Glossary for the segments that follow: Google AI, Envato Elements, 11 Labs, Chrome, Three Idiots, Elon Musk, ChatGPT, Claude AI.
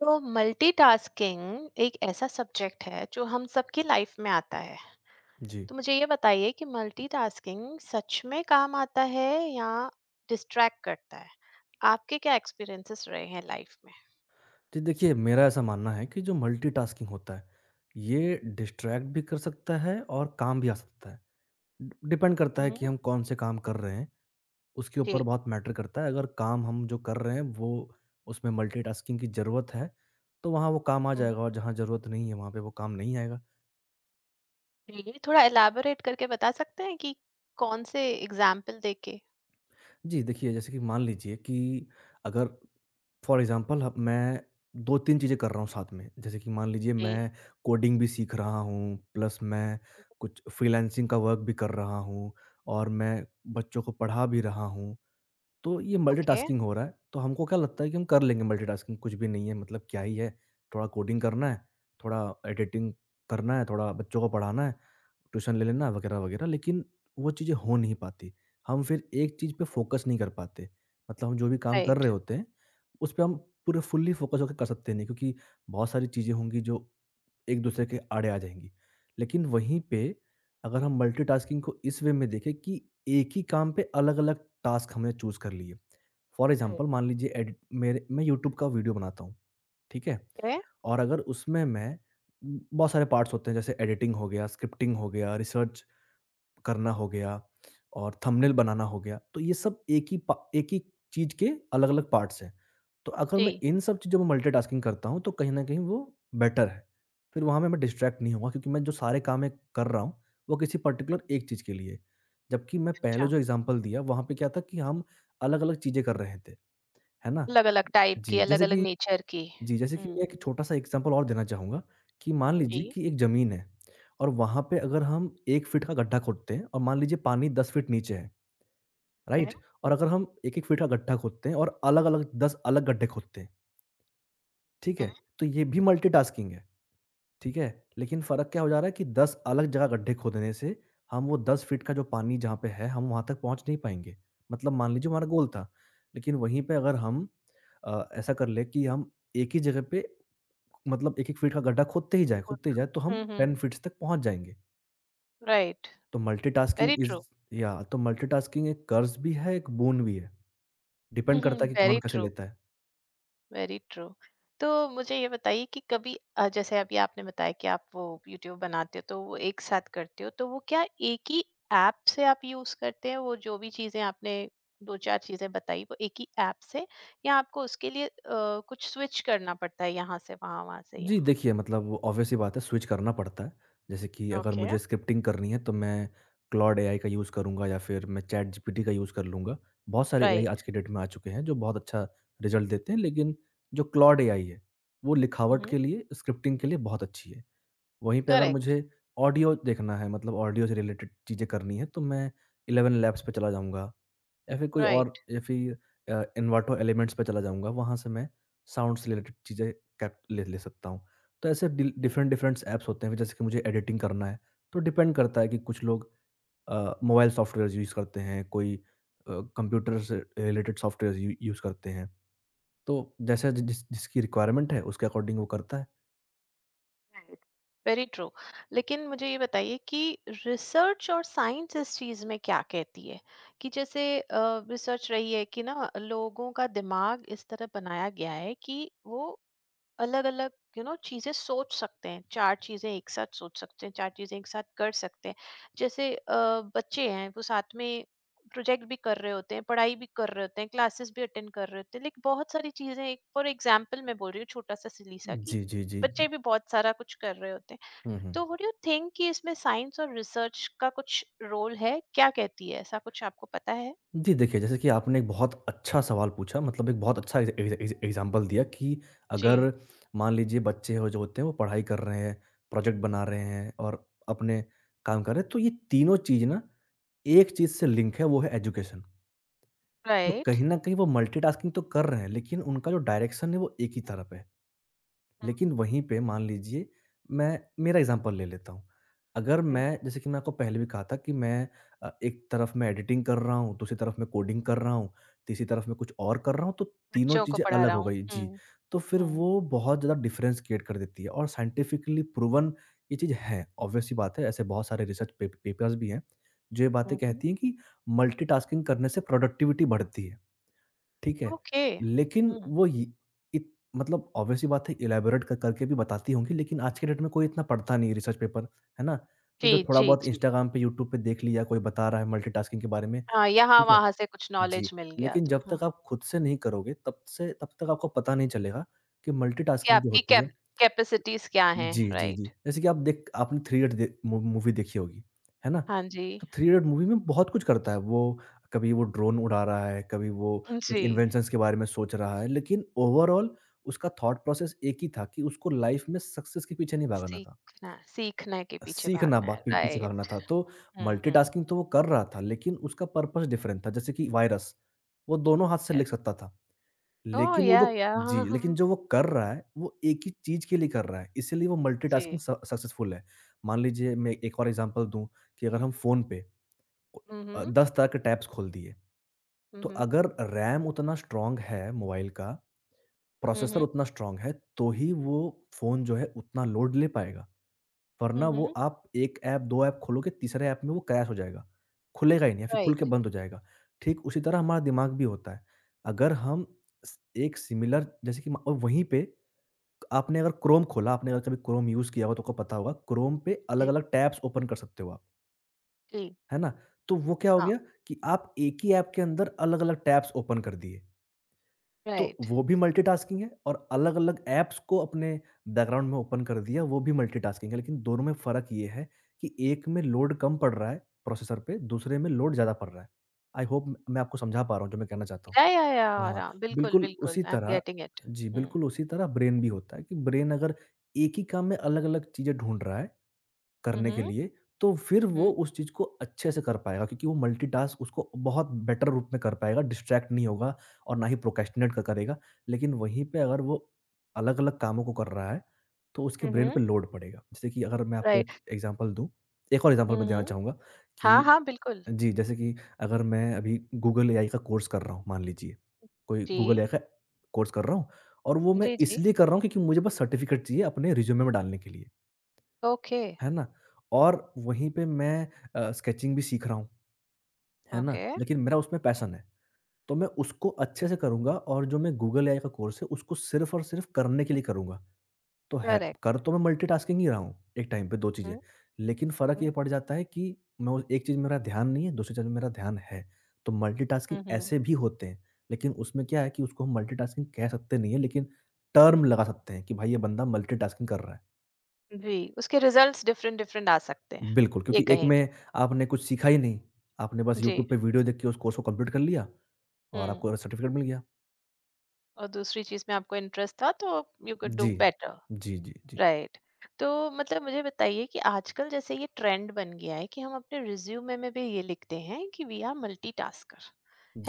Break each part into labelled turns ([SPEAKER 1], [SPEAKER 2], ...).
[SPEAKER 1] तो मल्टीटास्किंग एक ऐसा सब्जेक्ट है जो हम सबकी लाइफ में आता है।
[SPEAKER 2] जी।
[SPEAKER 1] तो मुझे ये बताइए कि मल्टीटास्किंग सच में काम आता है या डिस्ट्रैक्ट करता है? आपके क्या एक्सपीरियंसेस रहे हैं लाइफ में?
[SPEAKER 2] जी, देखिए मेरा ऐसा मानना है कि जो मल्टीटास्किंग होता है, ये डिस्ट्रैक्ट भी कर सकता है और काम भी आ सकता है। डिपेंड करता है कि
[SPEAKER 1] मम्म,
[SPEAKER 2] हम कौन से काम कर रहे हैं, उसके ऊपर
[SPEAKER 1] जी।
[SPEAKER 2] बहुत मैटर करता है। अगर काम हम जो कर रहे हैं वो उसमें मल्टीटास्किंग की ज़रूरत है, तो वहाँ वो काम आ
[SPEAKER 1] हम्म,
[SPEAKER 2] जाएगा और जहाँ ज़रूरत नहीं है, वहाँ पे वो काम नहीं आएगा।
[SPEAKER 1] जी। थोड़ा एलाबोरेट करके बता सकते हैं कि कौन से एग्जाम्पल देके?
[SPEAKER 2] जी, देखिए जैसे कि मान लीजिए कि अगर फॉर एग्ज़ाम्पल ह मैं 2-3 चीज़ें कर रहा हूँ साथ में। जैसे कि मान लीजिए
[SPEAKER 1] जी।
[SPEAKER 2] मैं कोडिंग भी सीख रहा हूँ, प्लस मैं कुछ फ्रीलांसिंग का वर्क भी कर रहा हूँ और मैं बच्चों को पढ़ा भी रहा हूँ। तो ये
[SPEAKER 1] ओके।
[SPEAKER 2] मल्टीटास्किंग हो रहा है, तो हमको क्या लगता है कि हम कर लेंगे मल्टीटास्किंग कुछ भी नहीं है मतलब क्या ही है, थोड़ा कोडिंग करना है, थोड़ा एडिटिंग करना है, थोड़ा बच्चों को पढ़ाना है, ट्यूशन ले लेना है वगैरह-वगैरह लेकिन वो चीज़ें हो नहीं पाती। हम फिर एक चीज़ पे फोकस नहीं कर पाते, मतलब हम जो भी काम कर
[SPEAKER 1] राइट।
[SPEAKER 2] रहे होते हैं, उस पे हम पूरे फुल्ली फोकस होके कर सकते नहीं क्योंकि बहुत सारी चीज़ें होंगी जो एक दूसरे के आड़े आ जाएँगी। लेकिन वहीं पे अगर हम मल्टीटास्किंग को इस वे में देखें कि एक ही काम पे अलग-अलग टास्क हमने चूज़ कर लिए। फॉर एग्ज़ाम्पल मान लीजिए एडिट मेरे मैं यूट्यूब का वीडियो बनाता हूँ, ठीक है?
[SPEAKER 1] ओके।
[SPEAKER 2] और अगर उसमें मैं बहुत सारे पार्ट्स होते हैं जैसे एडिटिंग हो गया, स्क्रिप्टिंग हो गया, रिसर्च करना हो गया और थंबनेल बनाना हो गया, तो ये सब एक ही चीज़ के अलग-अलग पार्ट्स हैं। तो अगर
[SPEAKER 1] जी।
[SPEAKER 2] मैं इन सब चीज़ों में मल्टीटास्किंग करता हूँ, तो कहीं न कहीं वो बेटर है। फिर वहाँ में मैं डिस्ट्रैक्ट नहीं होऊँगा क्योंकि मैं जो सारे काम मैं कर रहा हूँ, वो किसी पर्टिकुलर एक चीज़ के लिए। जबकि मैं पहले
[SPEAKER 1] अच्छा।
[SPEAKER 2] जो एग्ज़ाम्पल दिया, वहाँ पे क्या था कि हम अलग-अलग चीज़ें कर रहे थे, है ना?
[SPEAKER 1] अलग अलग टाइप की,
[SPEAKER 2] जी,
[SPEAKER 1] अलग
[SPEAKER 2] जैसे
[SPEAKER 1] अलग
[SPEAKER 2] कि
[SPEAKER 1] नेचर की।
[SPEAKER 2] जी, जैसे कि
[SPEAKER 1] हम्म।
[SPEAKER 2] मैं एक छोटा-सा एग्ज़ाम्पल और देना चाहूँगा कि मान
[SPEAKER 1] जी।
[SPEAKER 2] लीजिए कि एक ज़मीन है और वहाँ पे अगर हम 1 फीट का गड्ढा खोदते हैं और मान लीजिए पानी 10 फीट नीचे है,
[SPEAKER 1] ओके।
[SPEAKER 2] राइट? और अगर हम 1-1 फीट का गड्ढा खोदते हैं और अलग-अलग 10 अलग गड्ढे खोदते हैं, ठीक है? तो ये भी मल्टीटास्किंग है, ठीक है? लेकिन फ़र्क क्या हो जा रहा है कि 10 अलग जगह गड्ढे खोदने से हम वो 10 फीट का जो पानी जहाँ पे है, हम वहाँ तक पहुँच नहीं पाएँगे। मतलब मान लीजिए हमारा गोल था, लेकिन वहीं पे अगर हम ऐसा कर लें कि हम एक ही जगह पे मतलब 1-1 फीट का गड्ढा खोदते ही जाएँ, तो हम
[SPEAKER 1] हम्म।
[SPEAKER 2] 10 फीट्स तक पहुँच जाएँगे।
[SPEAKER 1] राइट।
[SPEAKER 2] तो
[SPEAKER 1] वेरी
[SPEAKER 2] मल्टीटास्किंग इज़
[SPEAKER 1] ट्रू।
[SPEAKER 2] या तो मल्टीटास्किंग एक कर्ज़ भी है, एक बोन भी है। डिपेंड करता है कि कौन
[SPEAKER 1] वेरी
[SPEAKER 2] कैसे
[SPEAKER 1] ट्रू।
[SPEAKER 2] लेता है।
[SPEAKER 1] Very true. तो मुझे ये बताइए कि कभी जैसे अभी आपने बताया कि आप वो यूट्यूब बनाते हो तो वो एक साथ करते हो, तो वो क्या एक ही ऐप से आप यूज करते हैं? वो जो भी चीजें आपने दो चार चीजें बताई, वो एक ही ऐप से या आपको उसके लिए कुछ स्विच करना पड़ता है यहाँ से वहां, वहां से
[SPEAKER 2] जी,
[SPEAKER 1] यहाँ?
[SPEAKER 2] देखिए मतलब ऑब्वियस सी बात है स्विच करना पड़ता है। जैसे कि अगर
[SPEAKER 1] ओके।
[SPEAKER 2] मुझे स्क्रिप्टिंग करनी है तो मैं क्लॉड एआई का यूज़ करूँगा या फिर मैं चैटजीपीटी का यूज़ कर लूँगा। बहुत सारे एआई आज
[SPEAKER 1] राइट।
[SPEAKER 2] के डेट में आ चुके हैं जो बहुत अच्छा रिज़ल्ट देते हैं, लेकिन जो क्लॉड एआई है, वो लिखावट
[SPEAKER 1] हम्म।
[SPEAKER 2] के लिए, स्क्रिप्टिंग के लिए बहुत अच्छी है। वहीं पे अगर
[SPEAKER 1] करेक्ट।
[SPEAKER 2] मुझे ऑडियो देखना है मतलब ऑडियो से रिलेटेड चीज़ें करनी है तो मैं 11 लैब्स पे चला जाऊँगा या फिर कोई और
[SPEAKER 1] राइट।
[SPEAKER 2] या फिर इन्वाटो एलिमेंट्स पे चला जाऊँगा, वहाँ से मैं साउंड से रिलेटेड चीज़ें कैप ले ले सकता हूँ। तो ऐसे डिल डिफरेंट डिफरेंट्स ऐप्स होते हैं, फिर जैसे कि मुझे एडिटिंग करना है, तो डिपेंड करता है कि कुछ लोग मोबाइल सॉफ्टवेयर्स यूज़ करते हैं, कोई कंप्यूटर से रिलेटेड सॉफ्टवेयर्स यू यूज़ करते हैं। तो जैसा जि जिस जिसकी रिक्वायरमेंट है उसके अकॉर्डिंग वो करता है।
[SPEAKER 1] राइट। Very true. लेकिन मुझे ये बताइए कि रिसर्च और साइंस इस चीज में क्या कहती है? कि जैसे रिसर्च रही है कि ना लोगों का दिमाग इस तरह बनाया गया है कि वो अलग अलग, यू नो, चीजें सोच सकते हैं, चार चीजें एक साथ सोच सकते हैं, चार चीजें एक साथ कर सकते हैं। जैसे बच्चे हैं, वो साथ में प्रोजेक्ट भी कर रहे होते हैं, पढ़ाई भी कर रहे होते हैं, क्लासेस भी अटेंड कर रहे होते हैं, लेकिन बहुत सारी चीजें, एक फॉर एग्जाम्पल मैं बोल रही हूँ, छोटा सा सिली सा, कि
[SPEAKER 2] जी।
[SPEAKER 1] बच्चे भी बहुत सारा कुछ कर रहे होते
[SPEAKER 2] हुँ,
[SPEAKER 1] हैं।
[SPEAKER 2] हुँ।
[SPEAKER 1] तो व्हाट डू यू थिंक कि इसमें साइंस और रिसर्च का कुछ रोल है? क्या कहती है, ऐसा कुछ आपको पता है?
[SPEAKER 2] जी, देखिए, जैसे कि आपने एक बहुत अच्छा सवाल पूछा मतलब एक बहुत अच्छा एग्ज़ एग्ज़ एग्ज़ एग्ज़ाम्पल दिया कि
[SPEAKER 1] जी।
[SPEAKER 2] अगर मान लीजिए बच्चे हो जो होते हैं वो पढ़ाई कर रहे हैं, प्रोजेक्ट बना रहे हैं और अपने काम कर रहे हैं, तो ये तीनों चीज़ ना एक चीज़ से लिंक है वो है एजुकेशन। तो
[SPEAKER 1] राइट।
[SPEAKER 2] कहीं न कहीं वो मल्टीटास्किंग तो कर रहे हैं लेकिन उनका जो डायरेक्शन है वो एक ही तरफ है।
[SPEAKER 1] हम्म,
[SPEAKER 2] लेकिन वहीं पे मान लीजिए मैं मेरा एग्जांपल ले लेता हूँ। अगर
[SPEAKER 1] जी,
[SPEAKER 2] मैं जैसे कि मैं आपको पहले भी कहा था कि मैं एक तरफ मैं एडिटिंग कर रहा हूँ, दूसरी तरफ मैं कोडिंग कर रहा हूँ, तीसरी तरफ मैं कुछ और कर रहा हूँ, तो तीनों
[SPEAKER 1] बच्चों को
[SPEAKER 2] चीज़ें
[SPEAKER 1] पढ़ा
[SPEAKER 2] अलग
[SPEAKER 1] रहा
[SPEAKER 2] हो
[SPEAKER 1] हूँ।
[SPEAKER 2] गई। जी,
[SPEAKER 1] हम्म।
[SPEAKER 2] तो फिर
[SPEAKER 1] हम्म।
[SPEAKER 2] वो बहुत ज़्यादा डिफरेंस क्रिएट कर देती है और साइंटिफिकली प्रूवन ये चीज़ है। ऑब्वियस सी बात है ऐसे बहुत सारे रिसर्च पे पेपर्स भी हैं, जो ये बातें
[SPEAKER 1] हम्म। हम्म।
[SPEAKER 2] कहती हैं कि मल्टीटास्किंग करने से प्रोडक्टिविटी बढ़ती है। ठीक है?
[SPEAKER 1] ओके।
[SPEAKER 2] लेकिन
[SPEAKER 1] हुँ।
[SPEAKER 2] वो ये इत मतलब ऑब्वियस सी बात है इलैबोरेट कर करके भी बताती होंगी लेकिन आज के डेट में कोई इतना पढ़ता नहीं है रिसर्च पेपर, है ना? तो
[SPEAKER 1] जी,
[SPEAKER 2] जो थोड़ा
[SPEAKER 1] जी,
[SPEAKER 2] बहुत
[SPEAKER 1] जी।
[SPEAKER 2] इंस्टाग्राम पे, यूट्यूब पे देख लिया, कोई बता रहा है मल्टीटास्किंग के बारे में,
[SPEAKER 1] हाँ,
[SPEAKER 2] ठीक है?
[SPEAKER 1] यहाँ-वहाँ से कुछ
[SPEAKER 2] जी,
[SPEAKER 1] नॉलेज मिल गया,
[SPEAKER 2] लेकिन
[SPEAKER 1] तो
[SPEAKER 2] जब तक
[SPEAKER 1] हाँ,
[SPEAKER 2] आप खुद से नहीं करोगे तब तक आपको पता नहीं चलेगा कि
[SPEAKER 1] कि
[SPEAKER 2] मल्टीटास्किंग जो
[SPEAKER 1] आपकी
[SPEAKER 2] होती है
[SPEAKER 1] कैपेसिटीज़ क्या हैं,
[SPEAKER 2] जी।
[SPEAKER 1] राइट।
[SPEAKER 2] जैसे कि आप देख आपने थ्री इडियट दे मू मूवी देखी होगी, है ना?
[SPEAKER 1] हाँ जी।
[SPEAKER 2] तो थ्री इडियट मूवी में बहुत कुछ करता है वो, कभी वो ड्रोन उड़ा रहा है, कभी वो कुछ
[SPEAKER 1] जी,
[SPEAKER 2] इन्वेंशंस के बारे में सोच रहा है, लेकिन ओवरऑल उसका थॉट प्रोसेस एक ही था कि उसको लाइफ में सक्सेस के पीछे नहीं भागना था।
[SPEAKER 1] सीखना, सीखने के पीछे
[SPEAKER 2] सीखना
[SPEAKER 1] भागना
[SPEAKER 2] बा
[SPEAKER 1] है,
[SPEAKER 2] पी पीछे भागना
[SPEAKER 1] राइट।
[SPEAKER 2] था, तो
[SPEAKER 1] हुँ, हुँ,
[SPEAKER 2] मल्टीटास्किंग तो वो कर रहा था, लेकिन उसका पर्पस डिफरेंट था। जैसे कि वायरस, वो दोनों हाथ से लिख
[SPEAKER 1] राइट।
[SPEAKER 2] सकता था।
[SPEAKER 1] ओह! या हाँ, हाँ,
[SPEAKER 2] लेकिन
[SPEAKER 1] हाँ।
[SPEAKER 2] जो वो कर रहा है, वो एक ही चीज़ के लिए कर रहा है, इसीलिए वो मल्टीटास्किंग
[SPEAKER 1] जी।
[SPEAKER 2] स सक्सेसफुल है। मान लीजिए मैं एक और एग्ज़ाम्पल दूँ कि अगर हम फ़ोन पे
[SPEAKER 1] हुँ, हुँ।
[SPEAKER 2] 10 तरह के टैब्स खोल दिए,
[SPEAKER 1] हुँ,
[SPEAKER 2] तो
[SPEAKER 1] हुँ।
[SPEAKER 2] अगर रैम उतना स्ट्रॉन्ग है मोबाइल का,
[SPEAKER 1] हुँ,
[SPEAKER 2] प्रोसेसर
[SPEAKER 1] हुँ।
[SPEAKER 2] उतना स्ट्रॉन्ग है, तो ही वो फ़ोन जो है उतना लोड ले पाएगा। वरना
[SPEAKER 1] हुँ,
[SPEAKER 2] वो
[SPEAKER 1] हुँ।
[SPEAKER 2] आप 1 ऐप 2 ऐप खोलोगे, तीसरे ऐप में वो क्रैश हो जाएगा। खुलेगा ही नहीं या फिर खुल के
[SPEAKER 1] राइट।
[SPEAKER 2] बंद हो जाएगा। ठीक उसी तरह हमारा दिमाग भी होता है। अगर हम स एक सिमिलर जैसे कि म और वहीं पे आपने अगर क्रोम खोला, आपने अगर कभी क्रोम यूज़ किया हो तो आपको पता होगा, क्रोम पे
[SPEAKER 1] जी,
[SPEAKER 2] अलग-अलग टैब्स ओपन कर सकते हो आप,
[SPEAKER 1] जी।
[SPEAKER 2] है ना? तो वो क्या हो
[SPEAKER 1] हाँ,
[SPEAKER 2] गया कि आप एक ही ऐप के अंदर अलग-अलग टैब्स ओपन कर दिए। तो
[SPEAKER 1] राइट।
[SPEAKER 2] वो भी मल्टीटास्किंग है और अलग-अलग ऐप्स को अपने बैकग्राउंड में ओपन कर दिया, वो भी मल्टीटास्किंग है। लेकिन दोनों में फ़र्क ये है कि एक में लोड कम पड़ रहा है प्रोसेसर पे, दूसरे में लोड ज़्यादा पड़ रहा है। आई होप मैं आपको समझा पा रहा हूँ जो मैं कहना चाहता हूँ।
[SPEAKER 1] या
[SPEAKER 2] हाँ,
[SPEAKER 1] आराम, बिल्कुल,
[SPEAKER 2] बिल्कुल
[SPEAKER 1] बिल्कुल।
[SPEAKER 2] उसी
[SPEAKER 1] आई एम
[SPEAKER 2] तरह
[SPEAKER 1] गेटिंग इट।
[SPEAKER 2] जी,
[SPEAKER 1] हुँ।
[SPEAKER 2] बिल्कुल उसी तरह ब्रेन भी होता है कि ब्रेन अगर एक ही काम में अलग-अलग चीज़ें ढूँढ रहा है
[SPEAKER 1] हुँ,
[SPEAKER 2] करने के
[SPEAKER 1] हुँ।
[SPEAKER 2] लिए, तो फिर वो
[SPEAKER 1] हुँ,
[SPEAKER 2] उस चीज़ को अच्छे से कर पाएगा क्योंकि वो मल्टीटास्क उसको बहुत बेटर रूप में कर पाएगा, डिस्ट्रैक्ट नहीं होगा और ना ही प्रोक्रेस्टिनेट क करेगा। लेकिन वहीं पे अगर वो अलग-अलग कामों को कर रहा है, तो उसके
[SPEAKER 1] हुँ,
[SPEAKER 2] ब्रेन पे
[SPEAKER 1] हुँ,
[SPEAKER 2] लोड पड़ेगा। जैसे कि अगर मैं आपको एक
[SPEAKER 1] राइट।
[SPEAKER 2] एग्ज़ाम्पल दूँ, एक और एग्ज़ाम्पल
[SPEAKER 1] हुँ,
[SPEAKER 2] मैं देना
[SPEAKER 1] हुँ।
[SPEAKER 2] चाहूँगा
[SPEAKER 1] हाँ,
[SPEAKER 2] कि
[SPEAKER 1] हाँ, बिल्कुल।
[SPEAKER 2] जी, जैसे कि अगर मैं अभी गूगल एआई का कोर्स कर रहा हूँ, मान लीजिए, कोई
[SPEAKER 1] जी।
[SPEAKER 2] गूगल एआई का कोर्स कर रहा हूँ और वो मैं
[SPEAKER 1] जी, जी।
[SPEAKER 2] इसलिए कर रहा हूँ क्योंकि मुझे बस सर्टिफ़िकेट चाहिए अपने रिज़्यूमे में डालने के लिए।
[SPEAKER 1] ओके,
[SPEAKER 2] है ना? और वहीं पे मैं स्केचिंग भी सीख रहा हूँ, है ना?
[SPEAKER 1] ओके,
[SPEAKER 2] लेकिन मेरा उसमें पैशन है, तो मैं उसको अच्छे से करूँगा और जो मैं गूगल एआई का कोर्स है, उसको सिर्फ़ और सिर्फ़ करने के लिए करूँगा। तो है
[SPEAKER 1] करेक्ट।
[SPEAKER 2] कर तो मैं मल्टीटास्किंग ही रहा हूँ, एक टाइम पे 2 चीज़ें।
[SPEAKER 1] हुँ,
[SPEAKER 2] लेकिन फ़र्क ये
[SPEAKER 1] हुँ,
[SPEAKER 2] पड़ जाता है कि मैं वो एक चीज़ में मेरा ध्यान नहीं है, दूसरी चीज़ में मेरा ध्यान है। तो मल्टीटास्किंग
[SPEAKER 1] हुँ, हुँ।
[SPEAKER 2] ऐसे भी होते हैं, लेकिन उसमें क्या है कि उसको हम मल्टीटास्किंग कह सकते नहीं है, लेकिन टर्म लगा सकते हैं कि भाई ये बंदा मल्टीटास्किंग कर रहा है।
[SPEAKER 1] जी, उसके रिज़ल्ट्स डिफरेंट डिफरेंट आ सकते हैं,
[SPEAKER 2] बिल्कुल,
[SPEAKER 1] ये
[SPEAKER 2] क्योंकि एक
[SPEAKER 1] कहेंगे।
[SPEAKER 2] में आपने कुछ सीखा ही नहीं, आपने बस
[SPEAKER 1] जी,
[SPEAKER 2] यूट्यूब पे वीडियो देख के उस कोर्स को कंप्लीट कर लिया और
[SPEAKER 1] हुँ।
[SPEAKER 2] आपको सर्टिफ़िकेट मिल गया।
[SPEAKER 1] और दूसरी चीज़ में आपको इंटरेस्ट था तो यू कुड डू
[SPEAKER 2] जी।
[SPEAKER 1] बेटर।
[SPEAKER 2] जी, जी, जी।
[SPEAKER 1] राइट। तो मतलब मुझे बताइए कि आजकल जैसे ये ट्रेंड बन गया है कि हम अपने रिज्यूमे में भी ये लिखते हैं कि वी आर मल्टीटास्कर,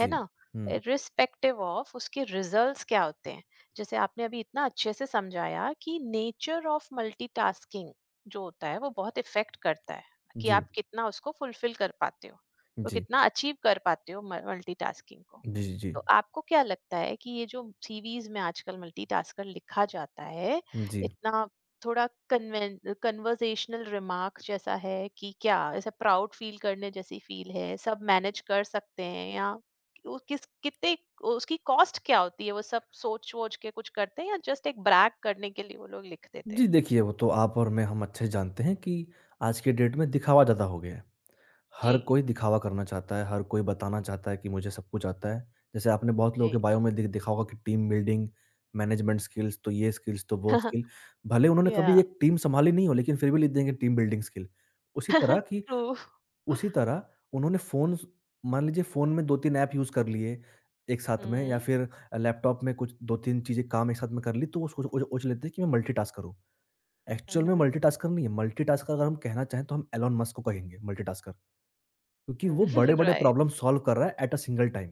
[SPEAKER 1] है ना?
[SPEAKER 2] हुँ।
[SPEAKER 1] रिस्पेक्टिव ऑफ उसके रिजल्ट्स क्या होते हैं। जैसे आपने अभी इतना अच्छे से समझाया कि नेचर ऑफ मल्टीटास्किंग जो होता है वो बहुत इफेक्ट करता है कि
[SPEAKER 2] जी।
[SPEAKER 1] आप कितना उसको फुलफिल कर पाते हो और
[SPEAKER 2] जी।
[SPEAKER 1] कितना अचीव कर पाते हो मल्टीटास्किंग को।
[SPEAKER 2] जी, जी।
[SPEAKER 1] तो आपको क्या लगता है कि ये जो सीवीज में आजकल मल्टीटास्कर लिखा जाता है,
[SPEAKER 2] जी।
[SPEAKER 1] इतना थोड़ा कन्वें कन्वर्सेशनल रिमार्क जैसा है कि क्या ऐसा प्राउड फील करने जैसी फील है सब मैनेज कर सकते हैं, या वो किस कितने, उसकी कॉस्ट क्या होती है वो सब सोच वोच के कुछ करते हैं, या जस्ट एक ब्रैग करने के लिए वो लोग लिख देते
[SPEAKER 2] जी,
[SPEAKER 1] हैं?
[SPEAKER 2] देखिए वो तो आप और मैं हम अच्छे से जानते हैं कि आज के डेट में दिखावा ज़्यादा हो गया है।
[SPEAKER 1] जी।
[SPEAKER 2] हर कोई दिखावा करना चाहता है, हर कोई बताना चाहता है कि मुझे सब कुछ आता है। जैसे आपने बहुत लोगों
[SPEAKER 1] जी।
[SPEAKER 2] के बायो में दि देखा होगा कि टीम बिल्डिंग, मैनेजमेंट स्किल्स, तो ये स्किल्स, तो वो स्किल। भले उन्होंने कभी
[SPEAKER 1] या।
[SPEAKER 2] एक टीम सँभाली नहीं हो, लेकिन फिर भी लिख देंगे टीम बिल्डिंग स्किल। उसी तरह कि
[SPEAKER 1] ट्रू।
[SPEAKER 2] उसी तरह उन्होंने फ़ोन्स मान लीजिए फ़ोन में 2-3 ऐप यूज़ कर लिए एक साथ में या
[SPEAKER 1] हम्म।
[SPEAKER 2] फिर लैपटॉप में कुछ 2-3 चीज़ें काम एक साथ में कर ली, तो वो सोच लेते हैं कि मैं मल्टीटास्कर हूँ। एक्चुअल में
[SPEAKER 1] हम्म।
[SPEAKER 2] मल्टीटास्कर नहीं है, मल्टीटास्कर अगर हम कहना चाहें तो हम एलन मस्क को कहेंगे मल्टीटास्कर। क्योंकि वो
[SPEAKER 1] हम्म।
[SPEAKER 2] बड़े-बड़े
[SPEAKER 1] राइट।
[SPEAKER 2] प्रॉब्लम सॉल्व कर रहा है एट अ सिंगल टाइम,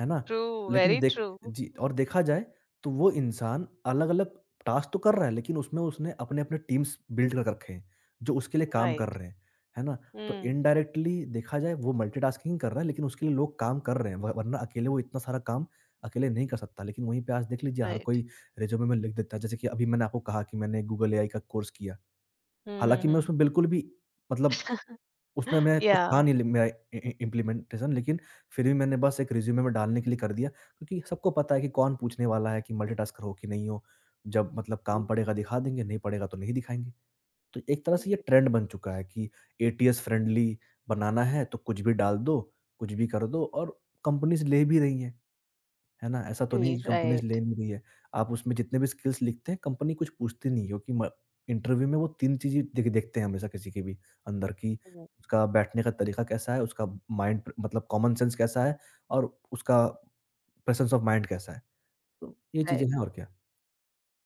[SPEAKER 2] है ना?
[SPEAKER 1] ट्रू।
[SPEAKER 2] लेकिन
[SPEAKER 1] वेरी
[SPEAKER 2] देख
[SPEAKER 1] ट्रू।
[SPEAKER 2] जी, और देखा जाए तो वो इंसान अलग-अलग टास्क तो कर रहा है, लेकिन उसमें उसने अपने-अपने टीम्स बिल्ड कर रखे हैं, जो उसके लिए काम कर
[SPEAKER 1] राइट।
[SPEAKER 2] रहे हैं, है ना? तो
[SPEAKER 1] हम्म।
[SPEAKER 2] इनडायरेक्टली देखा जाए वो मल्टीटास्किंग कर रहा है, लेकिन उसके लिए लोग काम कर रहे हैं, व वरना अकेले वो इतना सारा काम अकेले नहीं कर सकता। लेकिन वहीं पे आज देख लीजिए हर
[SPEAKER 1] राइट।
[SPEAKER 2] कोई रिज़्यूमे में लिख देता है, जैसे कि अभी मैंने आपको कहा कि मैंने गूगल एआई का कोर्स किया। हालाँकि मैं
[SPEAKER 1] हम्म।
[SPEAKER 2] उसमें बिल्कुल भी मतलब उसमें मैं
[SPEAKER 1] या।
[SPEAKER 2] कुछ था नहीं लि मेरा इ इ इम्प्लीमेंटेशन लेकिन फिर भी मैंने बस एक रिज़्यूमे में डालने के लिए कर दिया, क्योंकि सबको पता है कि कौन पूछने वाला है कि मल्टीटास्कर हो कि नहीं हो। जब मतलब काम पड़ेगा दिखा देंगे, नहीं पड़ेगा तो नहीं दिखाएँगे। तो एक तरह से ये ट्रेंड बन चुका है कि एटीएस फ्रेंडली बनाना है तो कुछ भी डाल दो, कुछ भी कर दो और कंपनीज़ ले भी रही हैं। है ना? ऐसा तो नहीं है
[SPEAKER 1] जी।
[SPEAKER 2] कि कंपनीज़ ले नहीं रही है। आप उसमें जितने भी स्किल्स लिखते हैं कंपनी कुछ पूछती नहीं है क्योंकि म इंटरव्यू में वो 3 चीज़ें देखते हैं हमेशा किसी के भी अंदर की उसका बैठने का तरीका कैसा है, उसका माइंड प मतलब कॉमन सेंस कैसा है और उसका प्रेजेंस ऑफ माइंड कैसा है। तो ये चीज़ें
[SPEAKER 1] राइट।
[SPEAKER 2] हैं और क्या।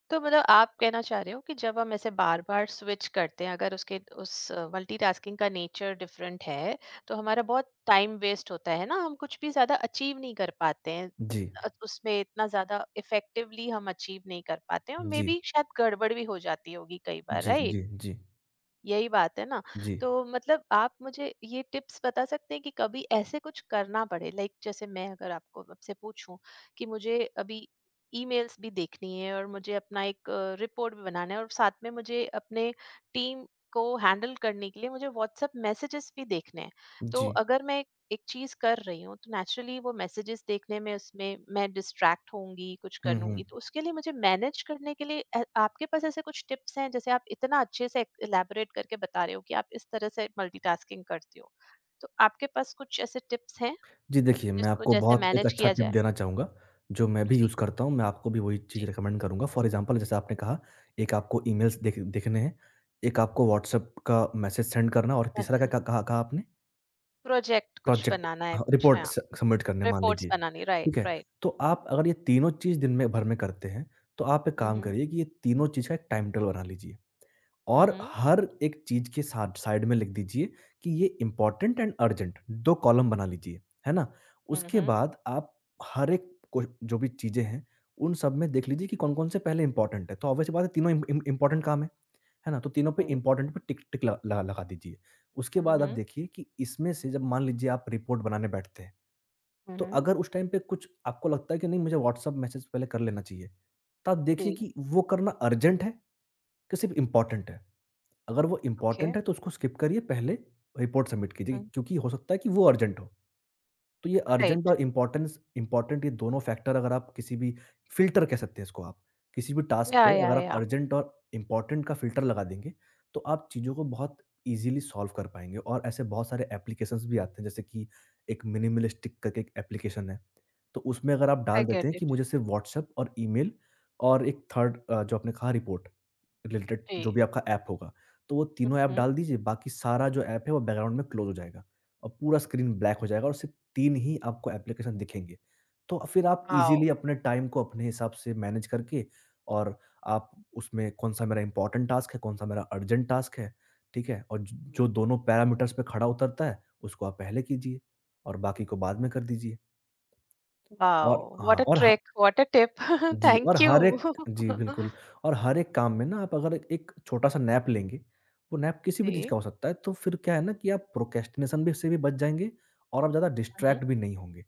[SPEAKER 1] तो मतलब आप कहना चाह रहे हो कि जब हम ऐसे बार बार स्विच करते हैं, अगर उसके उस मल्टीटास्किंग का नेचर डिफरेंट है, तो हमारा बहुत टाइम वेस्ट होता है ना, हम कुछ भी ज्यादा अचीव नहीं कर पाते हैं,
[SPEAKER 2] जी।
[SPEAKER 1] उसमें इतना ज्यादा इफेक्टिवली हम अचीव नहीं कर पाते हैं, और मे
[SPEAKER 2] जी।
[SPEAKER 1] बी शायद गड़बड़ भी हो जाती होगी कई बार,
[SPEAKER 2] जी,
[SPEAKER 1] राइट?
[SPEAKER 2] जी, जी,
[SPEAKER 1] यही बात है ना?
[SPEAKER 2] जी।
[SPEAKER 1] तो मतलब आप मुझे ये टिप्स बता सकते हैं कि कभी ऐसे कुछ करना पड़े, लाइक जैसे मैं अगर आपको, आपसे पूछूं कि मुझे अभी ईमेल्स भी देखनी है, और मुझे अपना एक रिपोर्ट भी बनाना है, और साथ में मुझे अपने टीम को हैंडल करने के लिए मुझे व्हाट्सएप मैसेजेस भी देखने हैं। तो
[SPEAKER 2] जी।
[SPEAKER 1] अगर मैं एक चीज कर रही हूँ तो नेचुरली वो मैसेजेस देखने में, उसमें मैं डिस्ट्रैक्ट होंगी, कुछ
[SPEAKER 2] हुँ, हुँ।
[SPEAKER 1] करूंगी, तो उसके लिए मुझे मैनेज करने के लिए आपके पास ऐसे कुछ टिप्स हैं? जैसे आप इतना अच्छे से इलेबोरेट करके बता रहे हो कि आप इस तरह से मल्टीटास्किंग करती हो, तो आपके पास कुछ ऐसे टिप्स हैं
[SPEAKER 2] जी, देखिए मैं
[SPEAKER 1] जिसको
[SPEAKER 2] आपको
[SPEAKER 1] जैसे
[SPEAKER 2] बहुत एक
[SPEAKER 1] मैनेज
[SPEAKER 2] अच्छा
[SPEAKER 1] किया
[SPEAKER 2] टिप
[SPEAKER 1] जाए?
[SPEAKER 2] देना चाहूँगा, जो मैं भी
[SPEAKER 1] जी।
[SPEAKER 2] यूज़ करता हूँ, मैं आपको भी वही चीज़
[SPEAKER 1] जी।
[SPEAKER 2] रिकमेंड करूँगा। फॉर एग्ज़ाम्पल जैसे आपने कहा, एक आपको ईमेल्स देखने हैं, एक आपको व्हाट्सएप का मैसेज सेंड करना और तीसरा
[SPEAKER 1] ऐसे
[SPEAKER 2] क्या क कहा कहा आपने?
[SPEAKER 1] प्रोजेक्ट कुछ
[SPEAKER 2] प्रोजेक्ट
[SPEAKER 1] बनाना है,
[SPEAKER 2] हाँ,
[SPEAKER 1] कुछ,
[SPEAKER 2] रिपोर्ट
[SPEAKER 1] हाँ।
[SPEAKER 2] स सबमिट करने मान
[SPEAKER 1] रिपोर्ट्स
[SPEAKER 2] लीजिए,
[SPEAKER 1] बनानी, राइट,
[SPEAKER 2] ठीक है?
[SPEAKER 1] राइट।
[SPEAKER 2] तो आप अगर ये तीनों चीज़ दिन में भर में करते हैं, तो आप एक काम
[SPEAKER 1] हम्म।
[SPEAKER 2] करिए कि ये तीनों चीज़ का एक टाइम टेबल बना लीजिए। और
[SPEAKER 1] हम्म।
[SPEAKER 2] हर एक चीज़ के साथ साइड में लिख दीजिए कि ये इम्पोर्टेंट एंड अर्जेंट 2 कॉलम बना लीजिए, है ना? उसके
[SPEAKER 1] हम्म।
[SPEAKER 2] बाद आप हर एक को जो भी चीज़ें हैं, उन सब में देख लीजिए कि कौन-कौन से पहले इम्पोर्टेंट है। तो ऑब्वियस सी बात है तीनों इम इम इम्पोर्टेंट काम है ना? तो तीनों पे
[SPEAKER 1] जी।
[SPEAKER 2] इम्पोर्टेंट पे टिक टिक ल लगा लगा दीजिए। उसके बाद आप
[SPEAKER 1] हम्म।
[SPEAKER 2] देखिए कि इसमें से जब मान लीजिए आप रिपोर्ट बनाने बैठते हैं, तो
[SPEAKER 1] हम्म।
[SPEAKER 2] अगर उस टाइम पे कुछ आपको लगता है कि नहीं मुझे व्हाट्सएप मैसेज पहले कर लेना चाहिए, तो आप देखिए
[SPEAKER 1] जी।
[SPEAKER 2] कि वो करना अर्जेंट है कि सिर्फ़ इम्पोर्टेंट है। अगर वो
[SPEAKER 1] ओके।
[SPEAKER 2] इम्पोर्टेंट है तो उसको स्किप करिए पहले रिपोर्ट सबमिट कीजिए क्योंकि हो सकता है कि वो अर्जेंट हो। तो ये अर्जेंट
[SPEAKER 1] राइट।
[SPEAKER 2] और इम्पोर्टेंस इम्पोर्टेंट ये दोनों फैक्टर अगर आप किसी भी फ़िल्टर कह सकते हैं इसको आप। किसी भी टास्क
[SPEAKER 1] या,
[SPEAKER 2] पे
[SPEAKER 1] या,
[SPEAKER 2] अगर आप
[SPEAKER 1] या।
[SPEAKER 2] अर्जेंट और इम्पोर्टेंट का फ़िल्टर लगा देंगे, तो आप चीज़ों को बहुत ईज़िली सॉल्व कर पाएँगे और ऐसे बहुत सारे एप्लीकेशंस भी आते हैं जैसे कि एक मिनिमलिस्टिक करके एक एप्लीकेशन है। तो उसमें अगर आप डाल
[SPEAKER 1] आई
[SPEAKER 2] देते हैं कि
[SPEAKER 1] गेट।
[SPEAKER 2] मुझे सिर्फ़ व्हाट्सएप और ईमेल और एक थर्ड जो आपने कहा रिपोर्ट रिलेटेड जो
[SPEAKER 1] Tree.
[SPEAKER 2] भी आपका ऐप होगा, तो वो तीनों ऐप
[SPEAKER 1] Mhm.
[SPEAKER 2] डाल दीजिए, बाकी सारा जो ऐप है वो बैकग्राउंड में क्लोज़ हो जाएगा और पूरा स्क्रीन ब्लैक हो जाएगा और सिर्फ़ 3 ही आपको एप्लीकेशन दिखेंगे। तो फिर आप ईज़िली
[SPEAKER 1] Wow.
[SPEAKER 2] अपने टाइम को अपने हिसाब से मैनेज करके और आप उसमें कौन-सा मेरा इम्पोर्टेंट टास्क है, कौन-सा मेरा अर्जेंट टास्क है, ठीक है? और ज जो दोनों पैरामीटर्स पे खड़ा उतरता है, उसको आप पहले कीजिए और बाकी को बाद में कर दीजिए। और
[SPEAKER 1] Wow. What
[SPEAKER 2] हाँ,
[SPEAKER 1] a
[SPEAKER 2] और ह
[SPEAKER 1] trick! What a tip!
[SPEAKER 2] जी, और
[SPEAKER 1] Thank
[SPEAKER 2] हर
[SPEAKER 1] you.
[SPEAKER 2] एक जी, बिल्कुल और हर एक काम में ना आप अगर एक छोटा-सा नैप लेंगे, वो नैप किसी भी चीज़
[SPEAKER 1] जी.
[SPEAKER 2] का हो सकता है, तो फिर क्या है ना कि आप प्रोक्रेस्टिनेशन भी से भी बच जाएँगे और आप ज़्यादा डिस्ट्रैक्ट भी नहीं होंगे।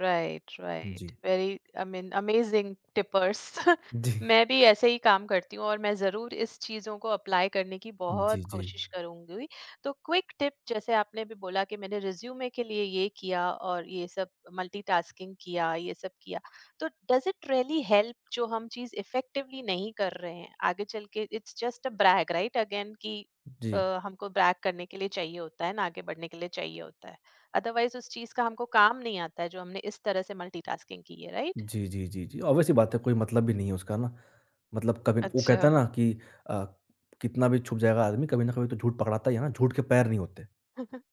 [SPEAKER 1] राइट,
[SPEAKER 2] जी।
[SPEAKER 1] Right. Very, I mean, amazing tippers.
[SPEAKER 2] जी।
[SPEAKER 1] मैं भी ऐसे ही काम करती हूँ, और मैं ज़रूर इस चीज़ों को अप्लाई करने की बहुत
[SPEAKER 2] जी, जी।
[SPEAKER 1] कोशिश करूँगी। तो क्विक टिप, जैसे आपने भी बोला कि मैंने रिज्यूमे के लिए ये किया और ये सब मल्टीटास्किंग किया, ये सब किया, तो डज इट रियली हेल्प? जो हम चीज़ इफेक्टिवली नहीं कर रहे हैं आगे चल के, it's just a brag, right? Again कि
[SPEAKER 2] जी।
[SPEAKER 1] अ, हमको ब्रैग करने के लिए चाहिए होता है ना, आगे बढ़ने के लिए चाहिए होता है, अदरवाइज उस चीज का हमको काम नहीं आता है जो हमने इस तरह से मल्टीटास्किंग की है, राइट?
[SPEAKER 2] जी, जी, जी, जी। ऑब्वियस-सी बात है कोई मतलब भी नहीं है उसका ना। मतलब कभी वो कहता
[SPEAKER 1] अच्छा।
[SPEAKER 2] है ना कि अ, कितना भी छुप जाएगा आदमी, कभी ना कभी तो झूठ पकड़ाता ही है ना, झूठ के पैर नहीं होते।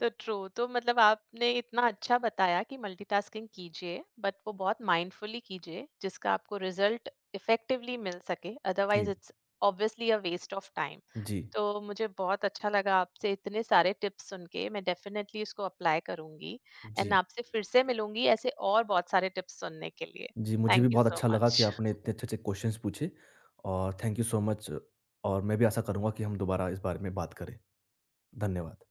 [SPEAKER 1] तो ट्रू। तो मतलब आपने इतना अच्छा बताया कि मल्टीटास्किंग कीजिए बट वो बहुत माइंडफुली कीजिए जिसका आपको रिजल्ट इफेक्टिवली मिल सके, अदरवाइज
[SPEAKER 2] जी।
[SPEAKER 1] It's obviously a waste of time.
[SPEAKER 2] जी।
[SPEAKER 1] तो मुझे बहुत अच्छा लगा आपसे इतने सारे टिप्स सुन के। मैं डेफिनेटली इसको अप्लाई करूंगी, एंड
[SPEAKER 2] जी।
[SPEAKER 1] आपसे फिर से मिलूंगी ऐसे और बहुत सारे टिप्स सुनने के लिए।
[SPEAKER 2] जी, मुझे भी
[SPEAKER 1] थैंक यू
[SPEAKER 2] बहुत
[SPEAKER 1] सो
[SPEAKER 2] अच्छा लगा कि
[SPEAKER 1] मच।
[SPEAKER 2] आपने इतने अच्छे-अच्छे क्वेश्चंस पूछे और थैंक यू सो मच और मैं भी आशा करूँगा कि हम दोबारा इस बारे में बात करें। धन्यवाद।